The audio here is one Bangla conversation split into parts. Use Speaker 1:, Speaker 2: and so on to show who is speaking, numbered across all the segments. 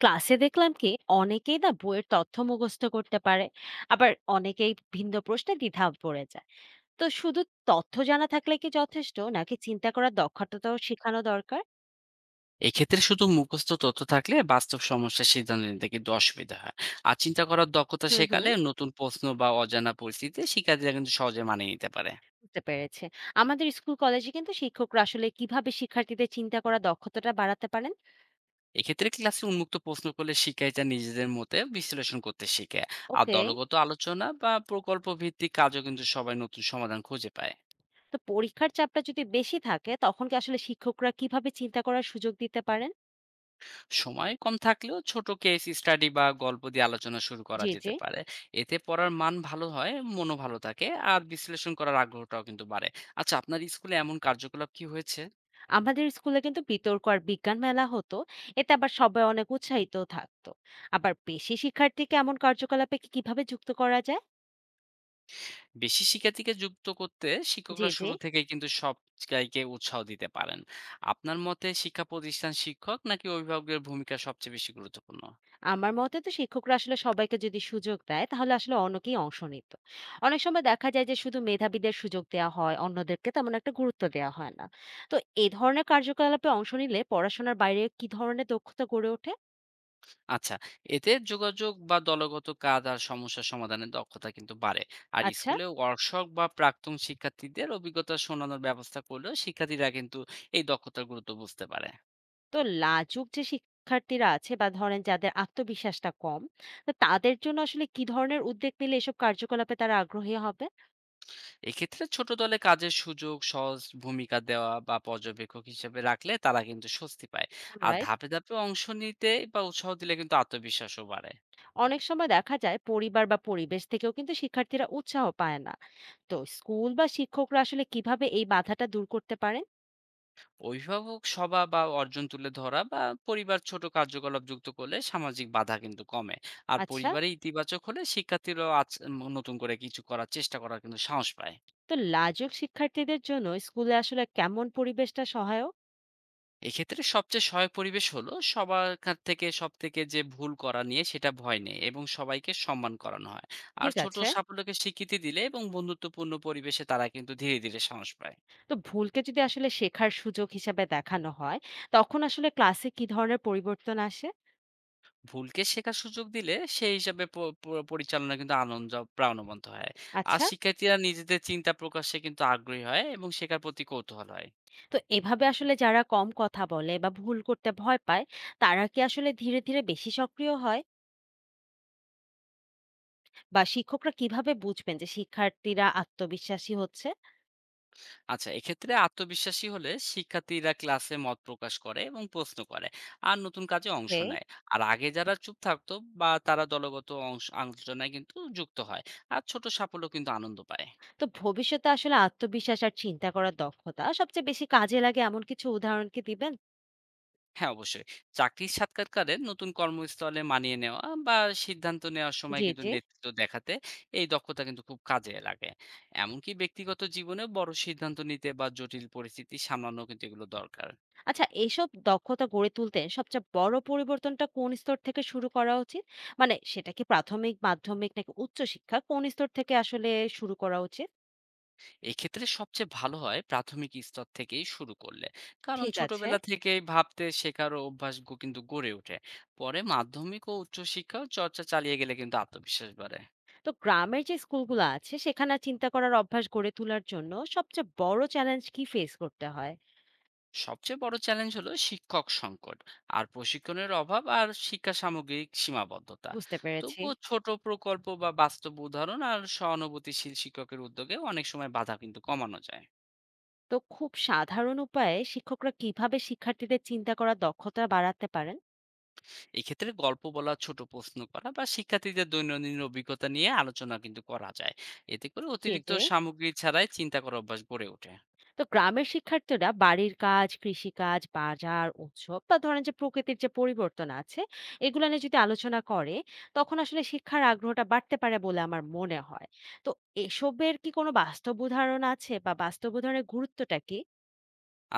Speaker 1: ক্লাসে দেখলাম কি অনেকেই না বইয়ের তথ্য মুখস্থ করতে পারে, আবার অনেকেই ভিন্ন প্রশ্নে দ্বিধা পড়ে যায়। তো শুধু তথ্য জানা থাকলে কি যথেষ্ট নাকি চিন্তা করার দক্ষতাটাও শেখানো দরকার?
Speaker 2: এক্ষেত্রে শুধু মুখস্থ তথ্য থাকলে বাস্তব সমস্যার সিদ্ধান্ত নিতে কিন্তু অসুবিধা হয়। আর চিন্তা করার দক্ষতা
Speaker 1: হুম হুম,
Speaker 2: শেখালে নতুন প্রশ্ন বা অজানা পরিস্থিতিতে শিক্ষার্থীরা কিন্তু সহজে মানিয়ে নিতে পারে।
Speaker 1: বুঝতে পেরেছে। আমাদের স্কুল কলেজে কিন্তু শিক্ষকরা আসলে কিভাবে শিক্ষার্থীদের চিন্তা করার দক্ষতাটা বাড়াতে পারেন?
Speaker 2: এক্ষেত্রে ক্লাসে উন্মুক্ত প্রশ্ন করলে শিক্ষার্থীরা নিজেদের মতে বিশ্লেষণ করতে শিখে। আর
Speaker 1: ওকে।
Speaker 2: দলগত আলোচনা বা প্রকল্প ভিত্তিক কাজও কিন্তু সবাই নতুন সমাধান খুঁজে পায়।
Speaker 1: তো পরীক্ষার চাপটা যদি বেশি থাকে তখন কি আসলে শিক্ষকরা কিভাবে চিন্তা করার সুযোগ দিতে পারেন?
Speaker 2: সময় কম থাকলেও ছোট কেস স্টাডি বা গল্প দিয়ে আলোচনা শুরু করা
Speaker 1: জি জি।
Speaker 2: যেতে পারে। এতে পড়ার মান ভালো হয়, মনও ভালো থাকে, আর বিশ্লেষণ করার আগ্রহটাও কিন্তু বাড়ে। আচ্ছা, আপনার স্কুলে এমন কার্যকলাপ কি হয়েছে?
Speaker 1: আমাদের স্কুলে কিন্তু বিতর্ক আর বিজ্ঞান মেলা হতো, এতে আবার সবাই অনেক উৎসাহিত থাকতো। আবার বেশি শিক্ষার্থীকে এমন কার্যকলাপে কিভাবে যুক্ত করা যায়?
Speaker 2: বেশি শিক্ষার্থীকে যুক্ত করতে
Speaker 1: জি
Speaker 2: শিক্ষকরা
Speaker 1: জি।
Speaker 2: শুরু থেকে কিন্তু সবাইকে উৎসাহ দিতে পারেন। আপনার মতে শিক্ষা প্রতিষ্ঠান, শিক্ষক নাকি অভিভাবকের ভূমিকা সবচেয়ে বেশি গুরুত্বপূর্ণ?
Speaker 1: আমার মতে তো শিক্ষকরা আসলে সবাইকে যদি সুযোগ দেয় তাহলে আসলে অনেকেই অংশ নিত। অনেক সময় দেখা যায় যে শুধু মেধাবীদের সুযোগ দেওয়া হয়, অন্যদেরকে তেমন একটা গুরুত্ব দেওয়া হয় না। তো এই ধরনের কার্যকলাপে অংশ নিলে পড়াশোনার বাইরে কি ধরনের দক্ষতা গড়ে ওঠে?
Speaker 2: আচ্ছা, এতে যোগাযোগ বা দলগত কাজ আর সমস্যা সমাধানের দক্ষতা কিন্তু বাড়ে। আর
Speaker 1: আচ্ছা।
Speaker 2: স্কুলে ওয়ার্কশপ বা প্রাক্তন শিক্ষার্থীদের অভিজ্ঞতা শোনানোর ব্যবস্থা করলেও শিক্ষার্থীরা কিন্তু এই দক্ষতার গুরুত্ব বুঝতে পারে।
Speaker 1: তো লাজুক যে শিক্ষার্থীরা আছে বা ধরেন যাদের আত্মবিশ্বাসটা কম, তো তাদের জন্য আসলে কি ধরনের উদ্যোগ নিলে এসব কার্যকলাপে তারা আগ্রহী হবে?
Speaker 2: এক্ষেত্রে ছোট দলে কাজের সুযোগ, সহজ ভূমিকা দেওয়া বা পর্যবেক্ষক হিসেবে রাখলে তারা কিন্তু স্বস্তি পায়। আর
Speaker 1: অলরাইট।
Speaker 2: ধাপে, ধাপে অংশ নিতে বা উৎসাহ দিলে কিন্তু আত্মবিশ্বাসও বাড়ে।
Speaker 1: অনেক সময় দেখা যায় পরিবার বা পরিবেশ থেকেও কিন্তু শিক্ষার্থীরা উৎসাহ পায় না। তো স্কুল বা শিক্ষকরা আসলে কিভাবে এই বাধাটা দূর করতে পারে?
Speaker 2: অভিভাবক সভা বা অর্জন তুলে ধরা বা পরিবার ছোট কার্যকলাপ যুক্ত করলে সামাজিক বাধা কিন্তু কমে। আর
Speaker 1: আচ্ছা,
Speaker 2: পরিবারে ইতিবাচক হলে শিক্ষার্থীরাও নতুন করে কিছু করার চেষ্টা করার কিন্তু সাহস পায়।
Speaker 1: তো লাজুক শিক্ষার্থীদের জন্য স্কুলে আসলে কেমন পরিবেশটা সহায়ক?
Speaker 2: এক্ষেত্রে সবচেয়ে সহায়ক পরিবেশ হলো সবার কাছ থেকে সব থেকে যে ভুল করা নিয়ে সেটা ভয় নেই এবং সবাইকে সম্মান করানো হয়। আর
Speaker 1: ঠিক
Speaker 2: ছোট
Speaker 1: আছে।
Speaker 2: সাফল্যকে স্বীকৃতি দিলে এবং বন্ধুত্বপূর্ণ পরিবেশে তারা কিন্তু ধীরে ধীরে সাহস পায়।
Speaker 1: তো ভুলকে যদি আসলে শেখার সুযোগ হিসেবে দেখানো হয়, তখন আসলে ক্লাসে কি ধরনের পরিবর্তন আসে?
Speaker 2: ভুলকে শেখার সুযোগ দিলে সেই হিসাবে পরিচালনা কিন্তু আনন্দ প্রাণবন্ত হয়। আর
Speaker 1: আচ্ছা।
Speaker 2: শিক্ষার্থীরা নিজেদের চিন্তা প্রকাশে কিন্তু আগ্রহী হয় এবং শেখার প্রতি কৌতূহল হয়।
Speaker 1: তো এভাবে আসলে যারা কম কথা বলে বা ভুল করতে ভয় পায়, তারা কি আসলে ধীরে ধীরে বেশি সক্রিয় হয়, বা শিক্ষকরা কিভাবে বুঝবেন যে শিক্ষার্থীরা আত্মবিশ্বাসী হচ্ছে?
Speaker 2: আচ্ছা, এক্ষেত্রে আত্মবিশ্বাসী হলে শিক্ষার্থীরা ক্লাসে মত প্রকাশ করে এবং প্রশ্ন করে। আর নতুন কাজে অংশ
Speaker 1: ওকে।
Speaker 2: নেয়। আর আগে যারা চুপ থাকতো বা তারা দলগত অংশ আলোচনায় কিন্তু যুক্ত হয়। আর ছোট সাফল্য কিন্তু আনন্দ পায়।
Speaker 1: তো ভবিষ্যতে আসলে আত্মবিশ্বাস আর চিন্তা করার দক্ষতা সবচেয়ে বেশি কাজে লাগে এমন কিছু উদাহরণ কি দিবেন?
Speaker 2: হ্যাঁ, অবশ্যই। চাকরির সাক্ষাৎকারে নতুন কর্মস্থলে মানিয়ে নেওয়া বা সিদ্ধান্ত নেওয়ার সময়
Speaker 1: জি
Speaker 2: কিন্তু
Speaker 1: জি।
Speaker 2: নেতৃত্ব দেখাতে এই দক্ষতা কিন্তু খুব কাজে লাগে। এমনকি ব্যক্তিগত জীবনে বড় সিদ্ধান্ত নিতে বা জটিল পরিস্থিতি সামলানো কিন্তু এগুলো দরকার।
Speaker 1: আচ্ছা, এইসব দক্ষতা গড়ে তুলতে সবচেয়ে বড় পরিবর্তনটা কোন স্তর থেকে শুরু করা উচিত? মানে সেটা কি প্রাথমিক মাধ্যমিক নাকি উচ্চশিক্ষা, কোন স্তর থেকে আসলে শুরু করা উচিত?
Speaker 2: এক্ষেত্রে সবচেয়ে ভালো হয় প্রাথমিক স্তর থেকেই শুরু করলে। কারণ
Speaker 1: ঠিক আছে।
Speaker 2: ছোটবেলা থেকেই ভাবতে শেখার অভ্যাস কিন্তু গড়ে ওঠে। পরে মাধ্যমিক ও উচ্চশিক্ষাও চর্চা চালিয়ে গেলে কিন্তু আত্মবিশ্বাস বাড়ে।
Speaker 1: তো গ্রামের যে স্কুলগুলো আছে সেখানে চিন্তা করার অভ্যাস গড়ে তোলার জন্য সবচেয়ে বড় চ্যালেঞ্জ কি ফেস করতে হয়?
Speaker 2: সবচেয়ে বড় চ্যালেঞ্জ হলো শিক্ষক সংকট আর প্রশিক্ষণের অভাব আর শিক্ষা সামগ্রিক সীমাবদ্ধতা।
Speaker 1: বুঝতে পেরেছি।
Speaker 2: তবুও ছোট প্রকল্প বা বাস্তব উদাহরণ আর সহানুভূতিশীল শিক্ষকের উদ্যোগে অনেক সময় বাধা কিন্তু কমানো যায়।
Speaker 1: তো খুব সাধারণ উপায়ে শিক্ষকরা কিভাবে শিক্ষার্থীদের চিন্তা করার দক্ষতা বাড়াতে পারেন?
Speaker 2: এক্ষেত্রে গল্প বলা, ছোট প্রশ্ন করা বা শিক্ষার্থীদের দৈনন্দিন অভিজ্ঞতা নিয়ে আলোচনা কিন্তু করা যায়। এতে করে
Speaker 1: যে
Speaker 2: অতিরিক্ত
Speaker 1: যে।
Speaker 2: সামগ্রী ছাড়াই চিন্তা করার অভ্যাস গড়ে ওঠে।
Speaker 1: তো গ্রামের শিক্ষার্থীরা বাড়ির কাজ, কৃষিকাজ, বাজার, উৎসব বা ধরেন যে প্রকৃতির যে পরিবর্তন আছে, এগুলো নিয়ে যদি আলোচনা করে তখন আসলে শিক্ষার আগ্রহটা বাড়তে পারে বলে আমার মনে হয়। তো এসবের কি কোনো বাস্তব উদাহরণ আছে বা বাস্তব উদাহরণের গুরুত্বটা কি?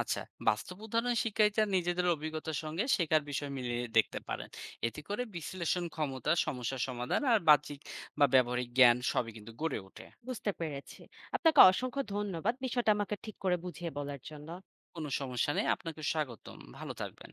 Speaker 2: আচ্ছা, বাস্তব উদাহরণ শিক্ষার্থীরা নিজেদের অভিজ্ঞতার সঙ্গে শেখার বিষয় মিলিয়ে দেখতে পারেন। এতে করে বিশ্লেষণ ক্ষমতা, সমস্যা সমাধান আর বাহ্যিক বা ব্যবহারিক জ্ঞান সবই কিন্তু গড়ে ওঠে।
Speaker 1: বুঝতে পেরেছি। আপনাকে অসংখ্য ধন্যবাদ বিষয়টা আমাকে ঠিক করে বুঝিয়ে বলার জন্য।
Speaker 2: কোনো সমস্যা নেই, আপনাকে স্বাগতম, ভালো থাকবেন।